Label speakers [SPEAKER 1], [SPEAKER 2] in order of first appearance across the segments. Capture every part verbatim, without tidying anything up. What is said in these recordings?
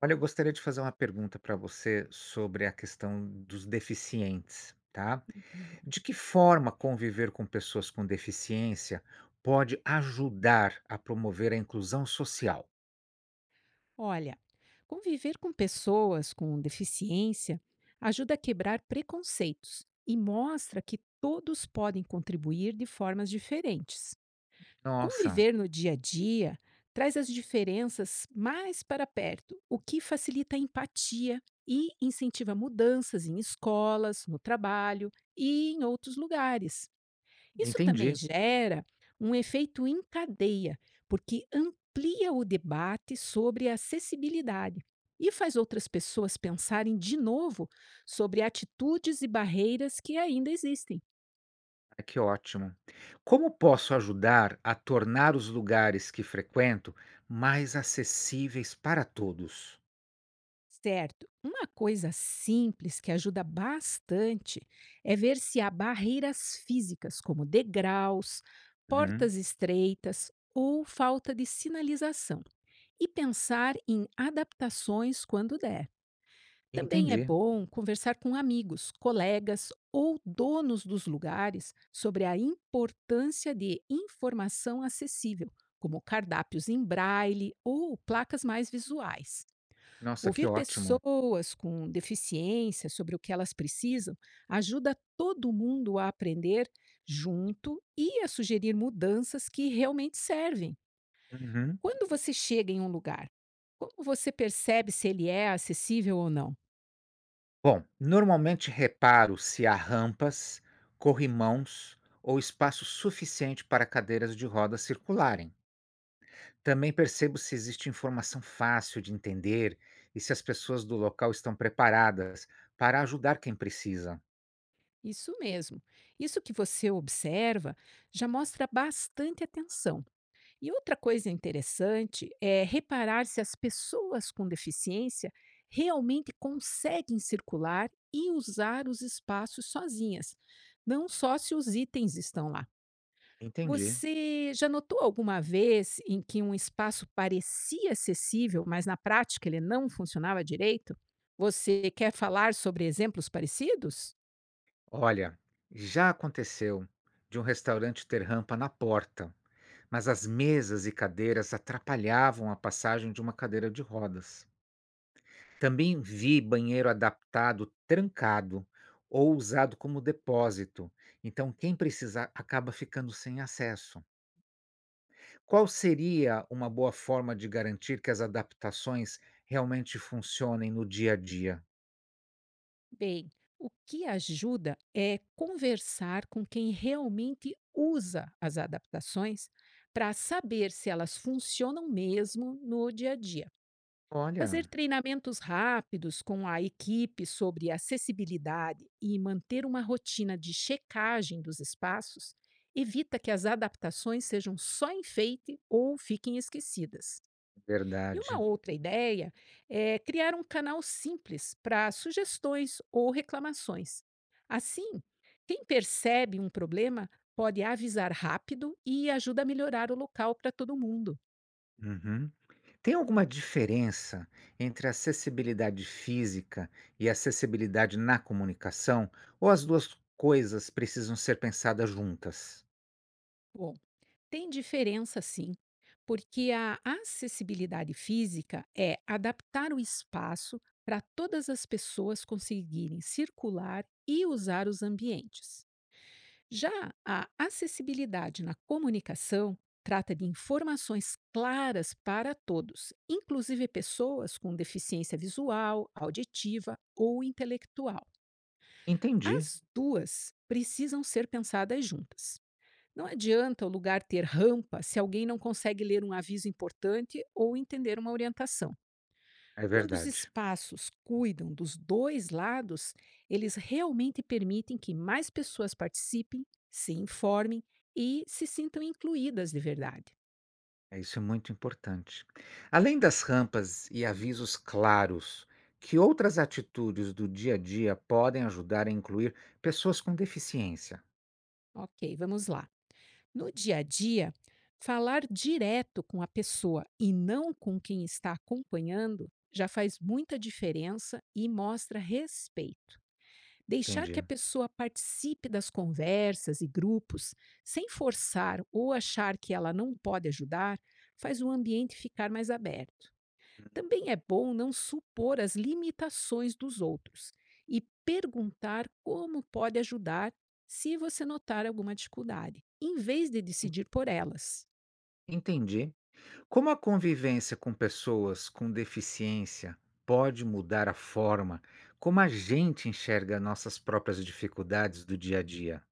[SPEAKER 1] Olha, eu gostaria de fazer uma pergunta para você sobre a questão dos deficientes, tá? De que forma conviver com pessoas com deficiência pode ajudar a promover a inclusão social?
[SPEAKER 2] Olha, conviver com pessoas com deficiência ajuda a quebrar preconceitos e mostra que todos podem contribuir de formas diferentes.
[SPEAKER 1] Nossa,
[SPEAKER 2] Conviver no dia a dia traz as diferenças mais para perto, o que facilita a empatia e incentiva mudanças em escolas, no trabalho e em outros lugares. Isso também
[SPEAKER 1] entendi.
[SPEAKER 2] gera um efeito em cadeia, porque amplia o debate sobre a acessibilidade e faz outras pessoas pensarem de novo sobre atitudes e barreiras que ainda existem.
[SPEAKER 1] Ah, que ótimo. Como posso ajudar a tornar os lugares que frequento mais acessíveis para todos?
[SPEAKER 2] Certo, uma coisa simples que ajuda bastante é ver se há barreiras físicas, como degraus,
[SPEAKER 1] Uhum,
[SPEAKER 2] portas estreitas ou falta de sinalização, e pensar em adaptações quando der. Também é
[SPEAKER 1] entendi.
[SPEAKER 2] bom conversar com amigos, colegas ou donos dos lugares sobre a importância de informação acessível, como cardápios em braille ou placas mais visuais.
[SPEAKER 1] Nossa, que
[SPEAKER 2] Ouvir
[SPEAKER 1] ótimo.
[SPEAKER 2] pessoas com deficiência sobre o que elas precisam ajuda todo mundo a aprender junto e a sugerir mudanças que realmente servem.
[SPEAKER 1] Uhum.
[SPEAKER 2] Quando você chega em um lugar, como você percebe se ele é acessível ou não?
[SPEAKER 1] Bom, normalmente reparo se há rampas, corrimãos ou espaço suficiente para cadeiras de rodas circularem. Também percebo se existe informação fácil de entender e se as pessoas do local estão preparadas para ajudar quem precisa.
[SPEAKER 2] Isso mesmo. Isso que você observa já mostra bastante atenção. E outra coisa interessante é reparar se as pessoas com deficiência realmente conseguem circular e usar os espaços sozinhas, não só se os itens estão lá.
[SPEAKER 1] Entendi.
[SPEAKER 2] Você já notou alguma vez em que um espaço parecia acessível, mas na prática ele não funcionava direito? Você quer falar sobre exemplos parecidos?
[SPEAKER 1] Olha, já aconteceu de um restaurante ter rampa na porta, mas as mesas e cadeiras atrapalhavam a passagem de uma cadeira de rodas. Também vi banheiro adaptado trancado ou usado como depósito, então quem precisar acaba ficando sem acesso. Qual seria uma boa forma de garantir que as adaptações realmente funcionem no dia a dia?
[SPEAKER 2] Bem, o que ajuda é conversar com quem realmente usa as adaptações para saber se elas funcionam mesmo no dia a dia. Fazer
[SPEAKER 1] Olha,
[SPEAKER 2] treinamentos rápidos com a equipe sobre acessibilidade e manter uma rotina de checagem dos espaços evita que as adaptações sejam só enfeite ou fiquem esquecidas. E uma
[SPEAKER 1] verdade.
[SPEAKER 2] outra ideia é criar um canal simples para sugestões ou reclamações. Assim, quem percebe um problema pode avisar rápido e ajuda a melhorar o local para todo mundo.
[SPEAKER 1] Uhum. Tem alguma diferença entre a acessibilidade física e a acessibilidade na comunicação? Ou as duas coisas precisam ser pensadas juntas?
[SPEAKER 2] Bom, tem diferença sim, porque a acessibilidade física é adaptar o espaço para todas as pessoas conseguirem circular e usar os ambientes. Já a acessibilidade na comunicação trata de informações claras para todos, inclusive pessoas com deficiência visual, auditiva ou intelectual.
[SPEAKER 1] Entendi,
[SPEAKER 2] As duas precisam ser pensadas juntas. Não adianta o lugar ter rampa se alguém não consegue ler um aviso importante ou entender uma orientação.
[SPEAKER 1] é
[SPEAKER 2] Quando os
[SPEAKER 1] verdade.
[SPEAKER 2] espaços cuidam dos dois lados, eles realmente permitem que mais pessoas participem, se informem e se sintam incluídas de verdade.
[SPEAKER 1] É, isso é muito importante. Além das rampas e avisos claros, que outras atitudes do dia a dia podem ajudar a incluir pessoas com deficiência?
[SPEAKER 2] Ok, vamos lá. No dia a dia, falar direto com a pessoa e não com quem está acompanhando já faz muita diferença e mostra respeito. Deixar que a
[SPEAKER 1] Entendi.
[SPEAKER 2] pessoa participe das conversas e grupos, sem forçar ou achar que ela não pode ajudar, faz o ambiente ficar mais aberto. Também é bom não supor as limitações dos outros e perguntar como pode ajudar se você notar alguma dificuldade, em vez de
[SPEAKER 1] En-
[SPEAKER 2] decidir por elas.
[SPEAKER 1] Entendi. Como a convivência com pessoas com deficiência pode mudar a forma como a gente enxerga nossas próprias dificuldades do dia a dia?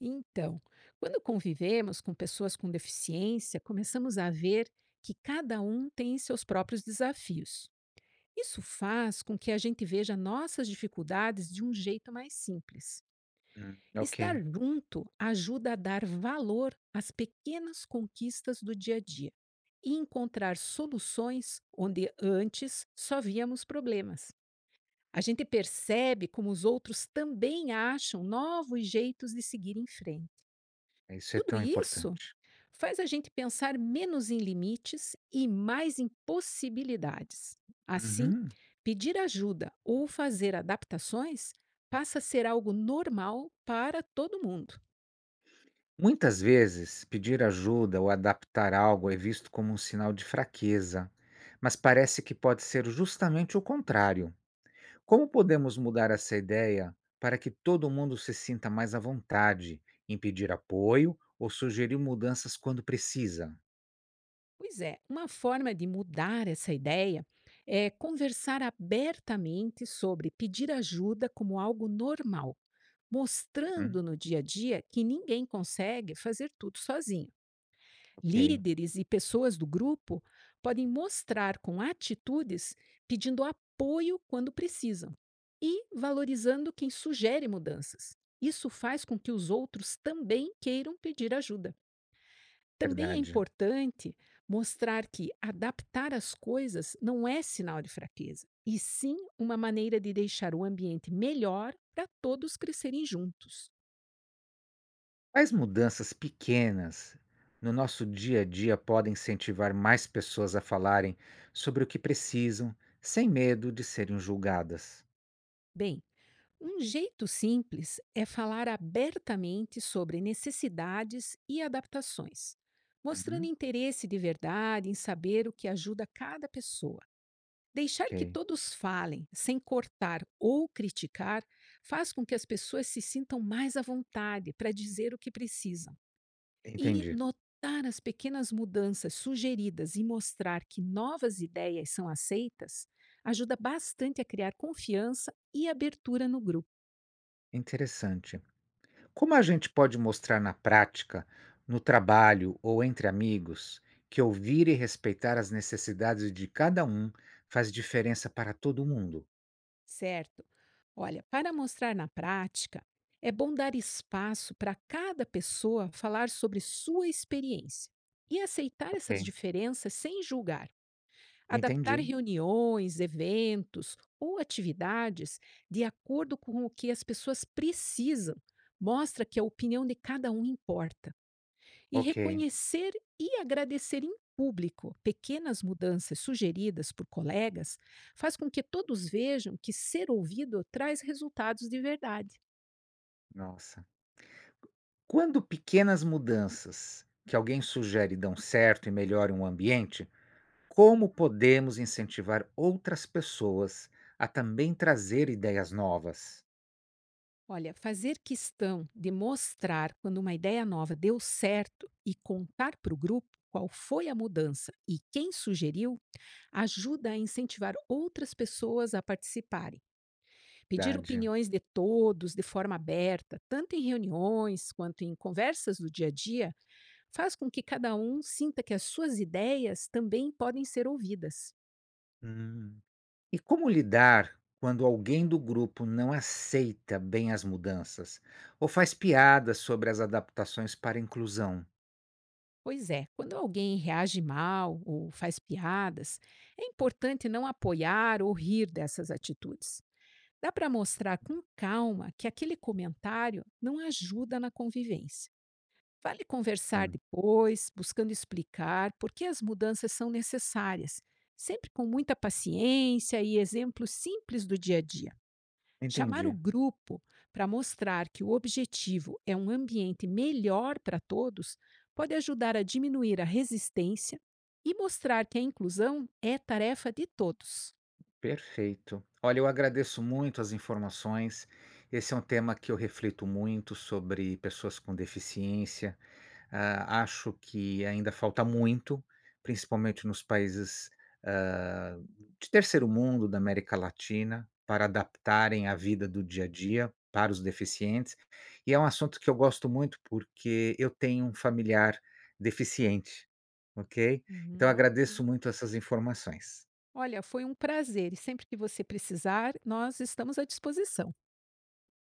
[SPEAKER 2] Então, quando convivemos com pessoas com deficiência, começamos a ver que cada um tem seus próprios desafios. Isso faz com que a gente veja nossas dificuldades de um jeito mais simples.
[SPEAKER 1] Hum,
[SPEAKER 2] Estar
[SPEAKER 1] ok.
[SPEAKER 2] junto ajuda a dar valor às pequenas conquistas do dia a dia e encontrar soluções onde antes só víamos problemas. A gente percebe como os outros também acham novos jeitos de seguir em frente.
[SPEAKER 1] Isso é
[SPEAKER 2] Tudo
[SPEAKER 1] tão
[SPEAKER 2] isso
[SPEAKER 1] importante.
[SPEAKER 2] faz a gente pensar menos em limites e mais em possibilidades. Assim,
[SPEAKER 1] Uhum.
[SPEAKER 2] pedir ajuda ou fazer adaptações passa a ser algo normal para todo mundo.
[SPEAKER 1] Muitas vezes, pedir ajuda ou adaptar algo é visto como um sinal de fraqueza, mas parece que pode ser justamente o contrário. Como podemos mudar essa ideia para que todo mundo se sinta mais à vontade em pedir apoio ou sugerir mudanças quando precisa?
[SPEAKER 2] Pois é, uma forma de mudar essa ideia é conversar abertamente sobre pedir ajuda como algo normal,
[SPEAKER 1] Hum,
[SPEAKER 2] mostrando no dia a dia que ninguém consegue fazer tudo sozinho.
[SPEAKER 1] ok,
[SPEAKER 2] Líderes e pessoas do grupo podem mostrar com atitudes pedindo apoio quando precisam e valorizando quem sugere mudanças. Isso faz com que os outros também queiram pedir ajuda. Também é
[SPEAKER 1] verdade.
[SPEAKER 2] importante mostrar que adaptar as coisas não é sinal de fraqueza, e sim uma maneira de deixar o ambiente melhor para todos crescerem juntos.
[SPEAKER 1] Quais mudanças pequenas no nosso dia a dia podem incentivar mais pessoas a falarem sobre o que precisam, sem medo de serem julgadas?
[SPEAKER 2] Bem, um jeito simples é falar abertamente sobre necessidades e adaptações, mostrando
[SPEAKER 1] Uhum.
[SPEAKER 2] interesse de verdade em saber o que ajuda cada pessoa. Deixar que
[SPEAKER 1] Ok,
[SPEAKER 2] todos falem, sem cortar ou criticar, faz com que as pessoas se sintam mais à vontade para dizer o que precisam. E
[SPEAKER 1] entendi.
[SPEAKER 2] notar as pequenas mudanças sugeridas e mostrar que novas ideias são aceitas ajuda bastante a criar confiança e abertura no grupo.
[SPEAKER 1] Interessante. Como a gente pode mostrar na prática, no trabalho ou entre amigos, que ouvir e respeitar as necessidades de cada um faz diferença para todo mundo?
[SPEAKER 2] Certo. Olha, para mostrar na prática, é bom dar espaço para cada pessoa falar sobre sua experiência e aceitar essas
[SPEAKER 1] Ok,
[SPEAKER 2] diferenças sem julgar. Adaptar
[SPEAKER 1] entendi.
[SPEAKER 2] reuniões, eventos ou atividades de acordo com o que as pessoas precisam mostra que a opinião de cada um importa. E
[SPEAKER 1] Ok,
[SPEAKER 2] reconhecer e agradecer em público pequenas mudanças sugeridas por colegas faz com que todos vejam que ser ouvido traz resultados de verdade.
[SPEAKER 1] nossa. Quando pequenas mudanças que alguém sugere dão certo e melhoram o ambiente, como podemos incentivar outras pessoas a também trazer ideias novas?
[SPEAKER 2] Olha, fazer questão de mostrar quando uma ideia nova deu certo e contar para o grupo qual foi a mudança e quem sugeriu ajuda a incentivar outras pessoas a participarem. Pedir
[SPEAKER 1] Verdade.
[SPEAKER 2] opiniões de todos de forma aberta, tanto em reuniões quanto em conversas do dia a dia, faz com que cada um sinta que as suas ideias também podem ser ouvidas.
[SPEAKER 1] Hum. E como lidar quando alguém do grupo não aceita bem as mudanças ou faz piadas sobre as adaptações para a inclusão?
[SPEAKER 2] Pois é, quando alguém reage mal ou faz piadas, é importante não apoiar ou rir dessas atitudes. Dá para mostrar com calma que aquele comentário não ajuda na convivência. Vale conversar
[SPEAKER 1] Sim,
[SPEAKER 2] depois, buscando explicar por que as mudanças são necessárias, sempre com muita paciência e exemplos simples do dia a dia. Chamar o
[SPEAKER 1] entendi.
[SPEAKER 2] grupo para mostrar que o objetivo é um ambiente melhor para todos pode ajudar a diminuir a resistência e mostrar que a inclusão é tarefa de todos.
[SPEAKER 1] Perfeito. Olha, eu agradeço muito as informações. Esse é um tema que eu reflito muito sobre pessoas com deficiência. Ah, acho que ainda falta muito, principalmente nos países, ah, de terceiro mundo, da América Latina, para adaptarem a vida do dia a dia para os deficientes. E é um assunto que eu gosto muito, porque eu tenho um familiar deficiente, ok?
[SPEAKER 2] Uhum,
[SPEAKER 1] Então agradeço
[SPEAKER 2] ok.
[SPEAKER 1] muito essas informações.
[SPEAKER 2] Olha, foi um prazer e sempre que você precisar, nós estamos à disposição.